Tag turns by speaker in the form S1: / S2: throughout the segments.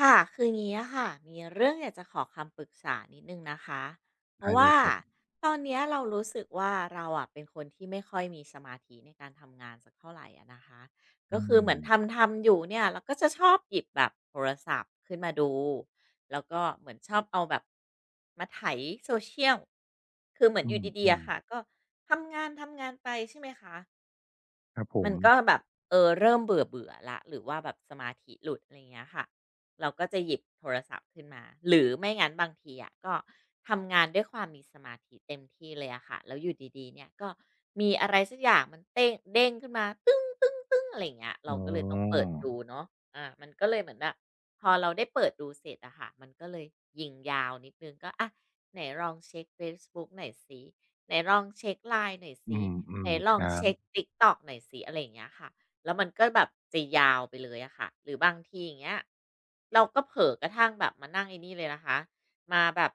S1: ค่ะคืองี้อะค่ะมีเรื่องอยากจะขอคำปรึกษานิดนึงนะคะเพ
S2: ได้
S1: ราะ
S2: เล
S1: ว่า
S2: ยครับ
S1: ตอนเนี้ยเรารู้สึกว่าเราอ่ะเป็นคนที่ไม่ค่อยมีสมาธิในการทำงานสักเท่าไหร่อะนะคะก็
S2: อื
S1: คือเหมื
S2: ม
S1: อนทำอยู่เนี่ยเราก็จะชอบหยิบแบบโทรศัพท์ขึ้นมาดูแล้วก็เหมือนชอบเอาแบบมาไถโซเชียลคือเหมือน
S2: อื
S1: อยู่
S2: ม
S1: ดี
S2: อื
S1: ๆอะ
S2: ม
S1: ค่ะก็ทำงานไปใช่ไหมคะ
S2: ครับผ
S1: มั
S2: ม
S1: นก็แบบเออเริ่มเบื่อเบื่อละหรือว่าแบบสมาธิหลุดอะไรเงี้ยค่ะเราก็จะหยิบโทรศัพท์ขึ้นมาหรือไม่งั้นบางทีอะก็ทำงานด้วยความมีสมาธิเต็มที่เลยอะค่ะแล้วอยู่ดีๆเนี่ยก็มีอะไรสักอย่างมันเต้งเด้งขึ้นมาอะไรอย่างเงี้ยเรา
S2: อ๋
S1: ก็เลยต้องเปิ
S2: อ
S1: ดดูเนาะมันก็เลยเหมือนแบบพอเราได้เปิดดูเสร็จอะค่ะมันก็เลยยิงยาวนิดหนึ่งก็อะไหนลองเช็กเฟซบุ๊กหน่อยสิไหนลองเช็ก LINE หน่อย
S2: อื
S1: สิ
S2: มอื
S1: ไหน
S2: ม
S1: ล
S2: ค
S1: อง
S2: รับ
S1: เช็ก TikTok หน่อยสิอะไรอย่างเงี้ยค่ะ แล้วมันก็แบบจะยาวไปเลยอะค่ะหรือบางทีอย่างเงี้ยเราก็เผลอกระทั่งแบบมานั่งไอ้นี่เลยนะคะ มาแบบ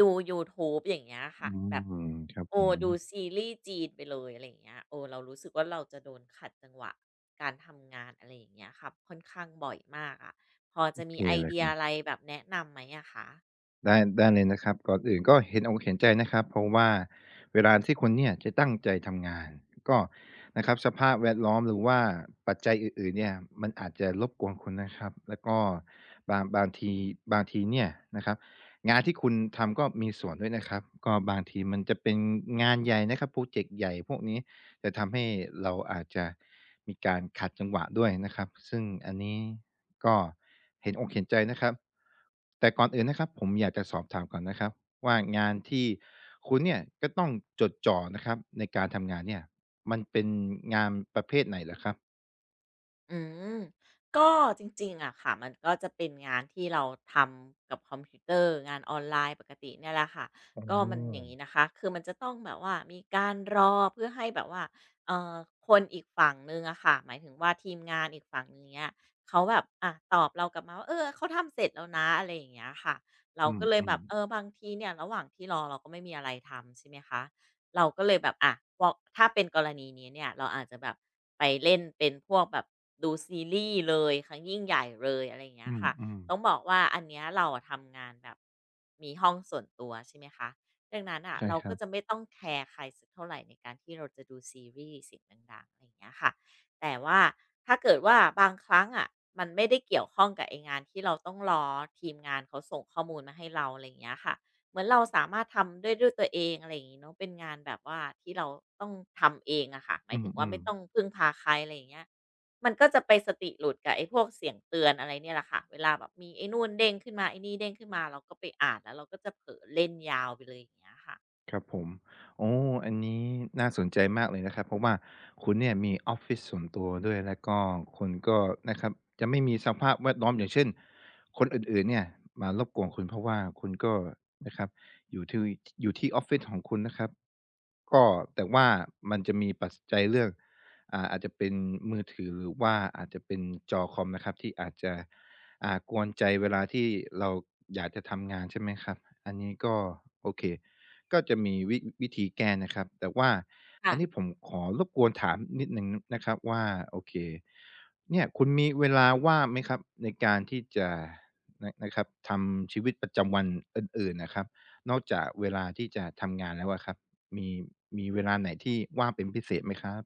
S1: ดูยูทูบอย่างเงี้ย
S2: อื
S1: ค่ะ แบบ
S2: มครับผ
S1: โอ้
S2: ม
S1: ดูซีรีส์จีนไปเลยอะไรอย่างเงี้ยโอ้เรารู้สึกว่าเราจะโดนขัดจังหวะการทำงานอะไรอย่างเงี้ยค่ะ ค่อนข้างบ่อยมากอะ พอ
S2: โอ
S1: จะ
S2: เค
S1: มีไอ
S2: เลย
S1: เดี
S2: ค
S1: ย
S2: รั
S1: อะไร
S2: บ
S1: แบบแนะนำไหมอะคะ
S2: ได้เลยนะครับ ก่อนอื่นก็เห็นอกเห็นใจนะครับ เพราะว่าเวลาที่คุณเนี่ยจะตั้งใจทำงาน ก็นะครับสภาพแวดล้อมหรือว่าปัจจัยอื่นๆเนี่ยมันอาจจะรบกวนคุณนะครับแล้วก็บางบางทีบางทีเนี่ยนะครับงานที่คุณทำก็มีส่วนด้วยนะครับ ก็บางทีมันจะเป็นงานใหญ่นะครับพรอเจกต์ใหญ่พวกนี้ จะทำให้เราอาจจะมีการขัดจังหวะด้วยนะครับซึ่งอันนี้ก็เห็นอกเห็นใจนะครับแต่ก่อนอื่นนะครับผมอยากจะสอบถามก่อนนะครับว่างานที่คุณเนี่ยก็ต้องจดจ่อนะครับในการทำงานเนี่ยมันเป็นงานประเภทไหนเหรอครับ
S1: อืมก็จริงๆอะค่ะมันก็จะเป็นงานที่เราทำกับคอมพิวเตอร์งานออนไลน์ปกติเนี่ยแหละค่ะ
S2: อ๋
S1: ก็มันอย่าง
S2: อ
S1: งี้นะคะคือมันจะต้องแบบว่ามีการรอเพื่อให้แบบว่าเอ่อคนอีกฝั่งหนึ่งอะค่ะหมายถึงว่าทีมงานอีกฝั่งหนึงเงี้ยเขาแบบอ่ะตอบเรากลับมาว่าเออเขาทำเสร็จแล้วนะอะไรอย่างเงี้ยค่ะเรา
S2: อื
S1: ก็เลยแบ
S2: ม
S1: บเอ
S2: ๆ
S1: อบางทีเนี่ยระหว่างที่รอเราก็ไม่มีอะไรทำใช่ไหมคะ เราก็เลยแบบอ่ะพวอกถ้าเป็นกรณีนี้เนี่ยเราอาจจะแบบไปเล่นเป็นพวกแบบดูซีรีส์เลยครั้งยิ่งใหญ่เลยอะไรอย่างเงี้
S2: อ
S1: ยค่ะ
S2: ืม
S1: ต้
S2: ๆ
S1: องบอกว่าอันเนี้ยเราอะทำงานแบบมีห้องส่วนตัวใช่ไหมคะดังนั้นอ่ะ
S2: ใช่
S1: เรา
S2: ค
S1: ก็
S2: รับ
S1: จะไม่ต้องแคร์ใครสักเท่าไหรในการที่เราจะดูซีรีส์เสียงดังๆอะไรอย่างเงี้ยค่ะแต่ว่าถ้าเกิดว่าบางครั้งอะมันไม่ได้เกี่ยวข้องกับไอ้งานที่เราต้องรอทีมงานเขาส่งข้อมูลมาให้เราอะไรอย่างเงี้ยค่ะ เหมือนเราสามารถทำด้วยตัวเองอะไรอย่างงี้เนาะเป็นงานแบบว่าที่เราต้องทำเองอะค่ะหมา
S2: อื
S1: ยถึงว่า
S2: ม
S1: ไม่ต้อง
S2: ๆ
S1: พึ่งพาใครอะไรอย่างเงี้ยมันก็จะไปสติหลุดกับไอ้พวกเสียงเตือนอะไรเนี่ยแหละค่ะเวลาแบบมีไอ้นู่นเด้งขึ้นมาไอ้นี่เด้งขึ้นมาเราก็ไปอ่านแล้วเราก็จะเผลอเล่นยาวไปเลยอย่างเงี้ยค่ะ
S2: ครับผมโอ้อันนี้น่าสนใจมากเลยนะครับเพราะว่าคุณเนี่ยมีออฟฟิศส่วนตัวด้วยแล้วก็คุณก็นะครับจะไม่มีสภาพแวดล้อมอย่างเช่นคนอื่นๆเนี่ยมารบกวนคุณเพราะว่าคุณก็นะครับอยู่ที่อยู่ที่ออฟฟิศของคุณนะครับก็แต่ว่ามันจะมีปัจจัยเรื่องอาจจะเป็นมือถือหรือว่าอาจจะเป็นจอคอมนะครับที่อาจจะกวนใจเวลาที่เราอยากจะทำงานใช่ไหมครับอันนี้ก็โอเค ก็จะมีวิธีแก้นะครับแต่ว่าอั
S1: ค่ะ
S2: นนี้ผมขอรบกวนถามนิดหนึ่งนะครับว่าโอเคเนี่ยคุณมีเวลาว่างไหมครับในการที่จะนะครับทำชีวิตประจำวันอื่นๆนะครับนอกจากเวลาที่จะทำงานแล้วอะครับมีมีเวลาไหนที่ว่างเป็นพิเศษไหมครับ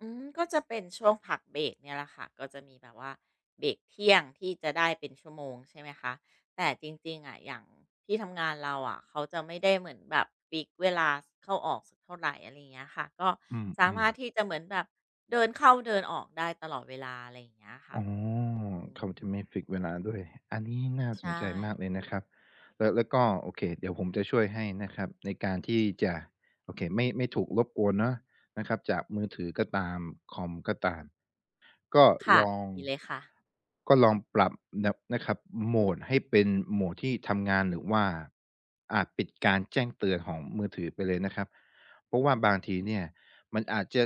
S1: อืมก็จะเป็นช่วงพักเบรกเนี่ยแหละค่ะก็จะมีแบบว่าเบรกเที่ยงที่จะได้เป็นชั่วโมงใช่ไหมคะแต่จริงๆอ่ะอย่างที่ทำงานเราอ่ะเขาจะไม่ได้เหมือนแบบฟิก์เวลาเข้าออกสักเท่าไหรอะไรอย่างเงี้ยค่ะก็
S2: อืม
S1: สา
S2: อืม
S1: มารถที่จะเหมือนแบบเดินเข้าเดินออกได้ตลอดเวลาอะไรอย่างเงี้ยค่ะ
S2: อ๋อ
S1: อืม
S2: เขาจะไม่ฟิกซ์เวลาด้วยอันนี้น่า
S1: ใช
S2: สนใจ
S1: ่
S2: มากเลยนะครับแล้วแล้วก็โอเคเดี๋ยวผมจะช่วยให้นะครับในการที่จะโอเคไม่ถูกรบกวนเนาะนะครับจากมือถือก็ตามคอมก็ตาม ก็ล
S1: ค่ะ
S2: อง
S1: ดีเลยค่ะ
S2: ก็ลองปรับนะครับโหมดให้เป็นโหมดที่ทำงานหรือว่าปิดการแจ้งเตือนของมือถือไปเลยนะครับเพราะว่าบางทีเนี่ยมันอาจจะ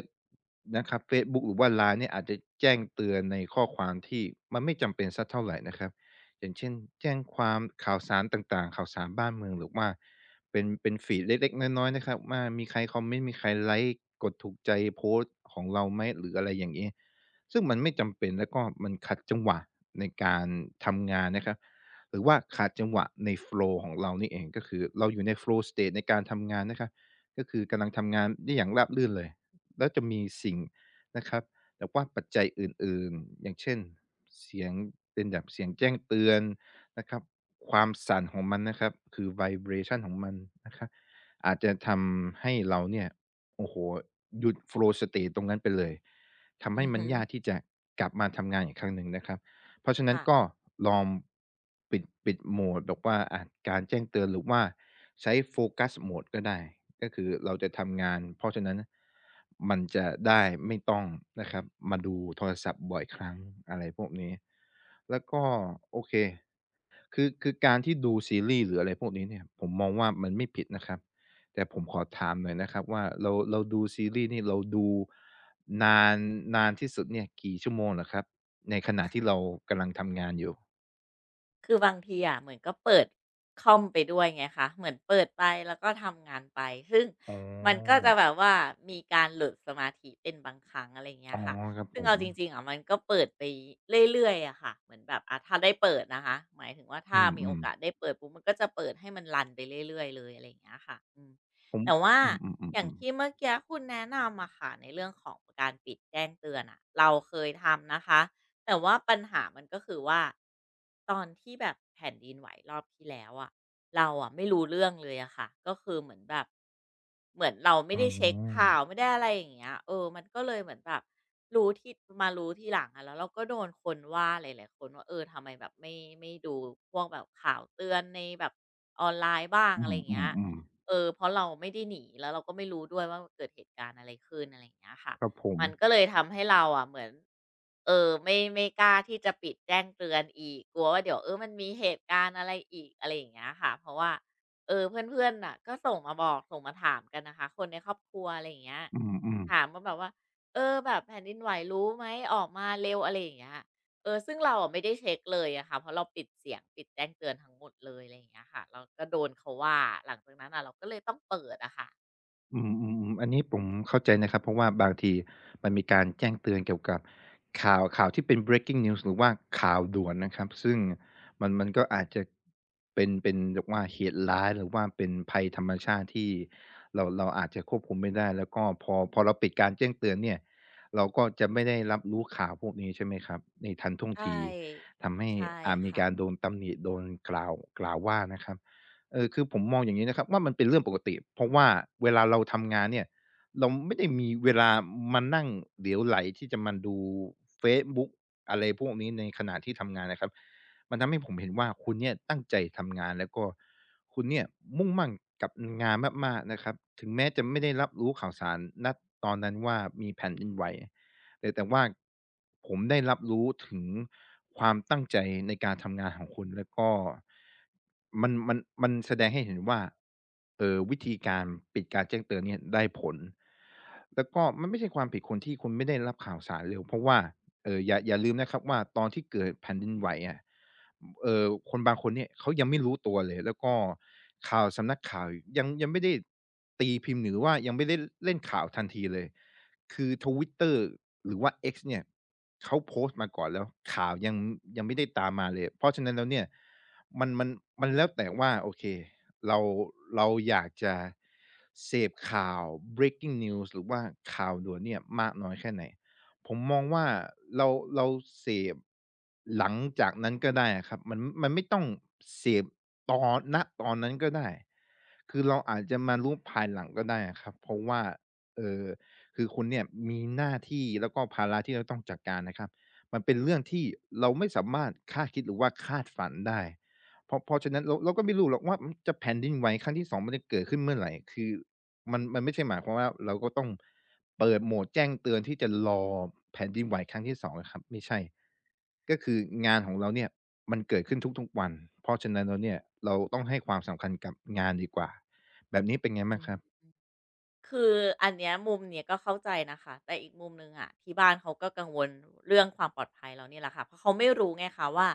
S2: นะครับเฟซบุ๊กหรือว่า LINE เนี่ยอาจจะแจ้งเตือนในข้อความที่มันไม่จำเป็นสักเท่าไรนะครับอย่างเช่นแจ้งความข่าวสารต่างๆข่าวสารบ้านเมืองหรือว่าเป็นฟีดเล็กๆน้อยๆนะครับว่ามีใครคอมเมนต์มีใครไลก์กดถูกใจโพสต์ของเราไหมหรืออะไรอย่างงี้ ซึ่งมันไม่จำเป็นแล้วก็มันขัดจังหวะในการทำงานนะครับหรือว่าขาดจังหวะในโฟล w ์ของเรานี่เองก็คือเราอยู่ในโฟล w ์ state ในการทำงานนะครับก็คือกำลังทำงานได้อย่างราบรื่นเลยแล้วจะมีสิ่งนะครับแต่ว่าปัจจัยอื่นๆอย่างเช่นเสียงเป็นแบบเสียงแจ้งเตือนนะครับความสั่นของมันนะครับคือ vibration ของมันนะครับอาจจะทำให้เราเนี่ยโอ้โฮหยุดโฟล w ์ state ตรงนั้นไปเลย ทำ
S1: อื
S2: ให้
S1: อ
S2: มัน
S1: ฮึ
S2: ยากที่จะกลับมาทำงานอีกครั้งหนึ่งนะครับ เพราะฉะนั้น
S1: ค่ะ
S2: ก็ลองปิดโหมดแบบว่าอะการแจ้งเตือนหรือว่าใช้ focus mode กสโหมดก็ได้ ก็คือเราจะทำงานเพราะฉะนั้นมันจะได้ไม่ต้องนะครับมาดูโทรศัพท์บ่อยครั้งอะไรพวกนี้ แล้วก็โอเค คือการที่ดูซีรีส์หรืออะไรพวกนี้เนี่ยผมมองว่ามันไม่ผิดนะครับแต่ผมขอถามหน่อยนะครับว่าเราดูซีรีส์นี่เราดูนานนานที่สุดเนี่ยกี่ชั่วโมงเหรอครับในขณะที่เรากำลังทำงานอยู่
S1: คือบางทีอะเหมือนก็เปิดคอมไปด้วยไงคะเหมือนเปิดไปแล้วก็ทำงานไปซึ่ง
S2: อ๋
S1: มันก็
S2: อ
S1: จะแบบว่ามีการหลุดสมาธิเป็นบางครั้งอะไรอย่างเงี้
S2: อ๋
S1: ย
S2: อ
S1: ค่ะ
S2: ครับผ
S1: ซึ่ง
S2: ม
S1: เอาจริงๆอะมันก็เปิดไปเรื่อยๆอะค่ะเหมือนแบบอ่ะถ้าได้เปิดนะคะหมายถึงว่า
S2: อื
S1: ถ้ามีโอ
S2: ม
S1: กาสได้เปิดปุ๊บมันก็จะเปิดให้มันรันไปเรื่อยๆเลยอะไรอย่างเงี้ยค่ะอืม
S2: ๆผม
S1: แต่ว่า
S2: อื
S1: อย่าง
S2: มๆๆ
S1: ที่
S2: ๆ
S1: เมื่อกี้คุณแนะนำมาค่ะในเรื่องของการปิดแจ้งเตือนอะเราเคยทำนะคะ แต่ว่าปัญหามันก็คือว่าตอนที่แบบแผ่นดินไหวรอบที่แล้วอะเราอะไม่รู้เรื่องเลยอะค่ะก็คือเหมือนแบบเหมือนเราไม่
S2: อ๋
S1: ได้เช็ค
S2: อ
S1: ข่าวไม่ได้อะไรอย่างเงี้ยมันก็เลยเหมือนแบบรู้ที่มารู้ทีหลังอะแล้วเราก็โดนคนว่าหลายๆคนว่าทำไมแบบไม่ดูพวกแบบข่าวเตือนในแบบออนไลน์บ้าง
S2: อื
S1: อะไรอย่างเงี้ย
S2: มๆๆ
S1: เพราะเราไม่ได้หนีแล้วเราก็ไม่รู้ด้วยว่าเกิดเหตุการณ์อะไรขึ้นอะไรอย่างเงี้ยค่ะ
S2: ครับผม
S1: มันก็เลยทำให้เราอะเหมือนไม่กล้าที่จะปิดแจ้งเตือนอีกกลัวว่าเดี๋ยวมันมีเหตุการณ์อะไรอีกอะไรอย่างเงี้ยค่ะเพราะว่าเพื่อนๆน่ะก็ส่งมาบอกส่งมาถามกันนะคะคนในครอบครัวอะไรอย่างเงี้ย
S2: อืม
S1: ถามมาแบบว่าแบบแผ่นดินไหวรู้ไหมออกมาเร็วอะไรอย่างเงี้ยซึ่งเราอะไม่ได้เช็คเลยอะค่ะเพราะเราปิดเสียงปิดแจ้งเตือนทั้งหมดเลยอะไรอย่างเงี้ยค่ะเราก็โดนเขาว่าหลังจากนั้นอ่ะเราก็เลยต้องเปิดอะค่ะ
S2: อืมอืมอมอันนี้ผมเข้าใจนะครับเพราะว่าบางทีมันมีการแจ้งเตือนเกี่ยวกับข่าวที่เป็น breaking news หรือว่าข่าวด่วนนะครับซึ่งมันก็อาจจะเป็นแบบว่าเหตุร้ายหรือว่าเป็นภัยธรรมชาติที่เราอาจจะควบคุมไม่ได้แล้วก็พอเราปิดการแจ้งเตือนเนี่ยเราก็จะไม่ได้รับรู้ข่าวพวกนี้ใช่ไหมครับในทันท่วง
S1: ใช่
S2: ทีทำให้
S1: ใช่
S2: อาจมี
S1: ค่ะ
S2: การโดนตำหนิโดนกล่าวกล่าวว่านะครับ คือผมมองอย่างนี้นะครับว่ามันเป็นเรื่องปกติเพราะว่าเวลาเราทำงานเนี่ยเราไม่ได้มีเวลามานั่งเหลวไหลที่จะมาดูเฟซบุ๊กอะไรพวกนี้ในขณะที่ทำงานนะครับมันทำให้ผมเห็นว่าคุณเนี่ยตั้งใจทำงานแล้วก็คุณเนี่ยมุ่งมั่นกับงานมากๆนะครับถึงแม้จะไม่ได้รับรู้ข่าวสารณตอนนั้นว่ามีแผ่นดินไหว แต่ว่าผมได้รับรู้ถึงความตั้งใจในการทำงานของคุณแล้วก็มันแสดงให้เห็นว่าวิธีการปิดการแจ้งเตือนเนี่ยได้ผลแล้วก็มันไม่ใช่ความผิดคนที่คุณไม่ได้รับข่าวสารเร็วเพราะว่าอย่าลืมนะครับว่าตอนที่เกิดแผ่นดินไหวอะคนบางคนเนี่ยเขายังไม่รู้ตัวเลยแล้วก็ข่าวสำนักข่าวยังไม่ได้ตีพิมพ์หรือว่ายังไม่ได้เล่นข่าวทันทีเลย คือ Twitter หรือว่า X เนี่ยเขาโพสต์มาก่อนแล้วข่าวยังยังไม่ได้ตามมาเลยเพราะฉะนั้นแล้วเนี่ยมันมันมันแล้วแต่ว่าโอเคเราเราอยากจะเสพข่าว breaking news หรือว่าข่าวด่วนเนี่ยมากน้อยแค่ไหนผมมองว่าเราเราเสพหลังจากนั้นก็ได้อะครับมันไม่ต้องเสพตอนณตอนนั้นก็ได้คือเราอาจจะมารู้ภายหลังก็ได้อะครับเพราะว่าเอ่อ คือคุณเนี่ยมีหน้าที่แล้วก็ภาระที่เราต้องจัดการนะครับมันเป็นเรื่องที่เราไม่สามารถคาดคิดหรือว่าคาดฝันได้เพราะฉะนั้นเราก็ไม่รู้หรอกว่ามันจะแผ่นดินไหวครั้งที่2มันจะเกิดขึ้นเมื่อไหร่คือมันไม่ใช่หมายความว่าเราก็ต้องเปิดโหมดแจ้งเตือนที่จะรอแผ่นดินไหวครั้งที่2องนะครับไม่ใช่ก็คืองานของเราเนี่ยมันเกิดขึ้นทุกๆวันเพราะฉะนั้นเราเนี่ยเราต้องให้ความสำคัญกับงานดีกว่าแบบนี้เป็นไง
S1: อื
S2: บ้างค
S1: ม
S2: รับ
S1: คืออันเนี้ยมุมเนี้ยก็เข้าใจนะคะแต่อีกมุมหนึ่งอะที่บ้านเขาก็กังวลเรื่องความปลอดภัยเราเนี่ยแหละค่ะเพราะเขาไม่รู้ไงคะว่า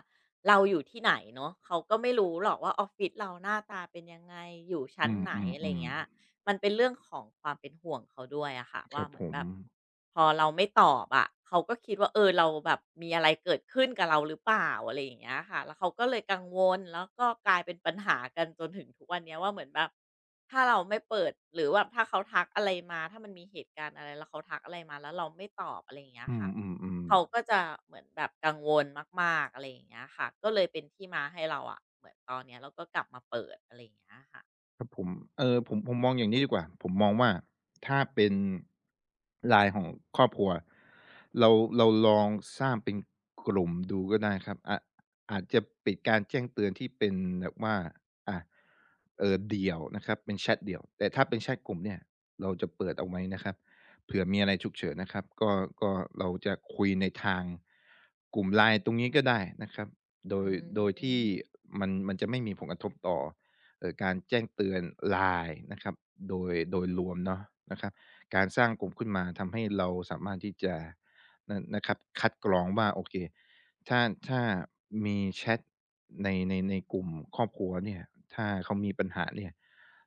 S1: เราอยู่ที่ไหนเนาะเขาก็ไม่รู้หรอกว่าออฟฟิศเราหน้าตาเป็นยังไงอยู่ชั้น
S2: อืม
S1: ไหน
S2: อืม
S1: อะไร
S2: อืม
S1: เงี้ย มันเป็นเรื่องของความเป็นห่วงเขาด้วยอะค่ะ
S2: ค
S1: ว่า
S2: รับ
S1: เหมื
S2: ผ
S1: อน
S2: ม
S1: แบบพอเราไม่ตอบอะเขาก็คิดว่าเราแบบมีอะไรเกิดขึ้นกับเราหรือเปล่าอะไรอย่างเงี้ยค่ะแล้วเขาก็เลยกังวลแล้วก็กลายเป็นปัญหากันจนถึงทุกวันเนี้ยว่าเหมือนแบบถ้าเราไม่เปิดหรือว่าถ้าเขาทักอะไรมาถ้ามันมีเหตุการณ์อะไรแล้วเขาทักอะไรมาแล้วเราไม่ตอบอะไรอย่างเงี้ย
S2: อื
S1: ค่ะเขา
S2: ม
S1: ก็จะเหมือนแบบกังวลมากๆอะไรอย่างเงี้ยค่ะก็เลยเป็นที่มาให้เราอะเหมือนตอนเนี้ยเราก็กลับมาเปิดอะไรอย่างเงี้ยค่ะ
S2: ๆๆครับผมผมมองอย่างนี้ดีกว่าผมมองว่าถ้าเป็นไลน์ของครอบครัวเราเราลองสร้างเป็นกลุ่มดูก็ได้ครับอาจจะปิดการแจ้งเตือนที่เป็นแบบว่าอ่าเดี่ยวนะครับเป็นแชตเดี่ยวแต่ถ้าเป็นแชตกลุ่มเนี่ยเราจะเปิดเอาไว้นะครับเผื่อมีอะไรฉุกเฉินนะครับก็เราจะคุยในทางกลุ่มไลน์ตรงนี้ก็ได้นะครับโด
S1: อื
S2: ยโดยที่
S1: ม
S2: มันจะไม่มีผลกระทบต่อ การแจ้งเตือน LINE นะครับโดยรวมเนาะนะครับการสร้างกลุ่มขึ้นมาทำให้เราสามารถที่จะนะครับคัดกรองว่าโอเคถ้าถ้ามีแชตในกลุ่มครอบครัวเนี่ยถ้าเขามีปัญหาเนี่ย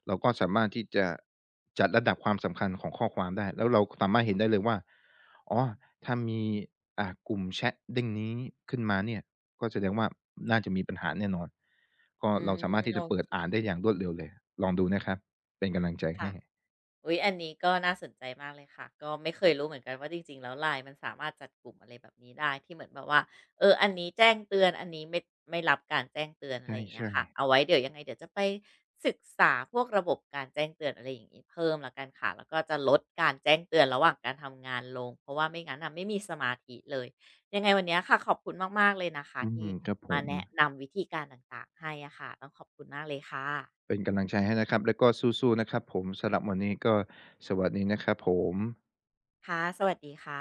S2: เราก็สามารถที่จะจัดระดับความสำคัญของข้อความได้แล้วเราสามารถเห็นได้เลยว่าอ๋อถ้ามีกลุ่มแชตเด้งนี้ขึ้นมาเนี่ย ก็แสดงว่าน่าจะมีปัญหาแน่นอนก็
S1: อื
S2: เรา
S1: ม
S2: สามารถที่
S1: โอ
S2: จะเปิ
S1: เค
S2: ดอ่านได้อย่างรวดเร็วเลยลองดูนะครับเป็นกำลังใจ
S1: ค่ะ
S2: ให้
S1: อุ๊ยอันนี้ก็น่าสนใจมากเลยค่ะก็ไม่เคยรู้เหมือนกันว่าจริงๆแล้ว LINE มันสามารถจัดกลุ่มอะไรแบบนี้ได้ที่เหมือนแบบว่าอันนี้แจ้งเตือนอันนี้ไม่รับการแจ้งเตือน
S2: ใ
S1: อะไรอย่างเงี้
S2: ช่
S1: ยค่ะเอาไว้เดี๋ยวยังไงเดี๋ยวจะไปศึกษาพวกระบบการแจ้งเตือนอะไรอย่างงี้เพิ่มแล้วกันค่ะแล้วก็จะลดการแจ้งเตือนระหว่างการทำงานลงเพราะว่าไม่งั้นน่ะไม่มีสมาธิเลยยังไงวันเนี้ยค่ะขอบคุณมากๆเลยนะ
S2: ๆ
S1: คะ
S2: อื
S1: ที่
S2: มครับผ
S1: มา
S2: ม
S1: แนะนำวิธีการต่างๆให้อะค่ะต้องขอบคุณมากเลยค่ะ
S2: เป็นกำลังใจให้นะครับแล้วก็สู้ๆนะครับผมสำหรับวันนี้ก็สวัสดีนะครับผม
S1: ค่ะสวัสดีค่ะ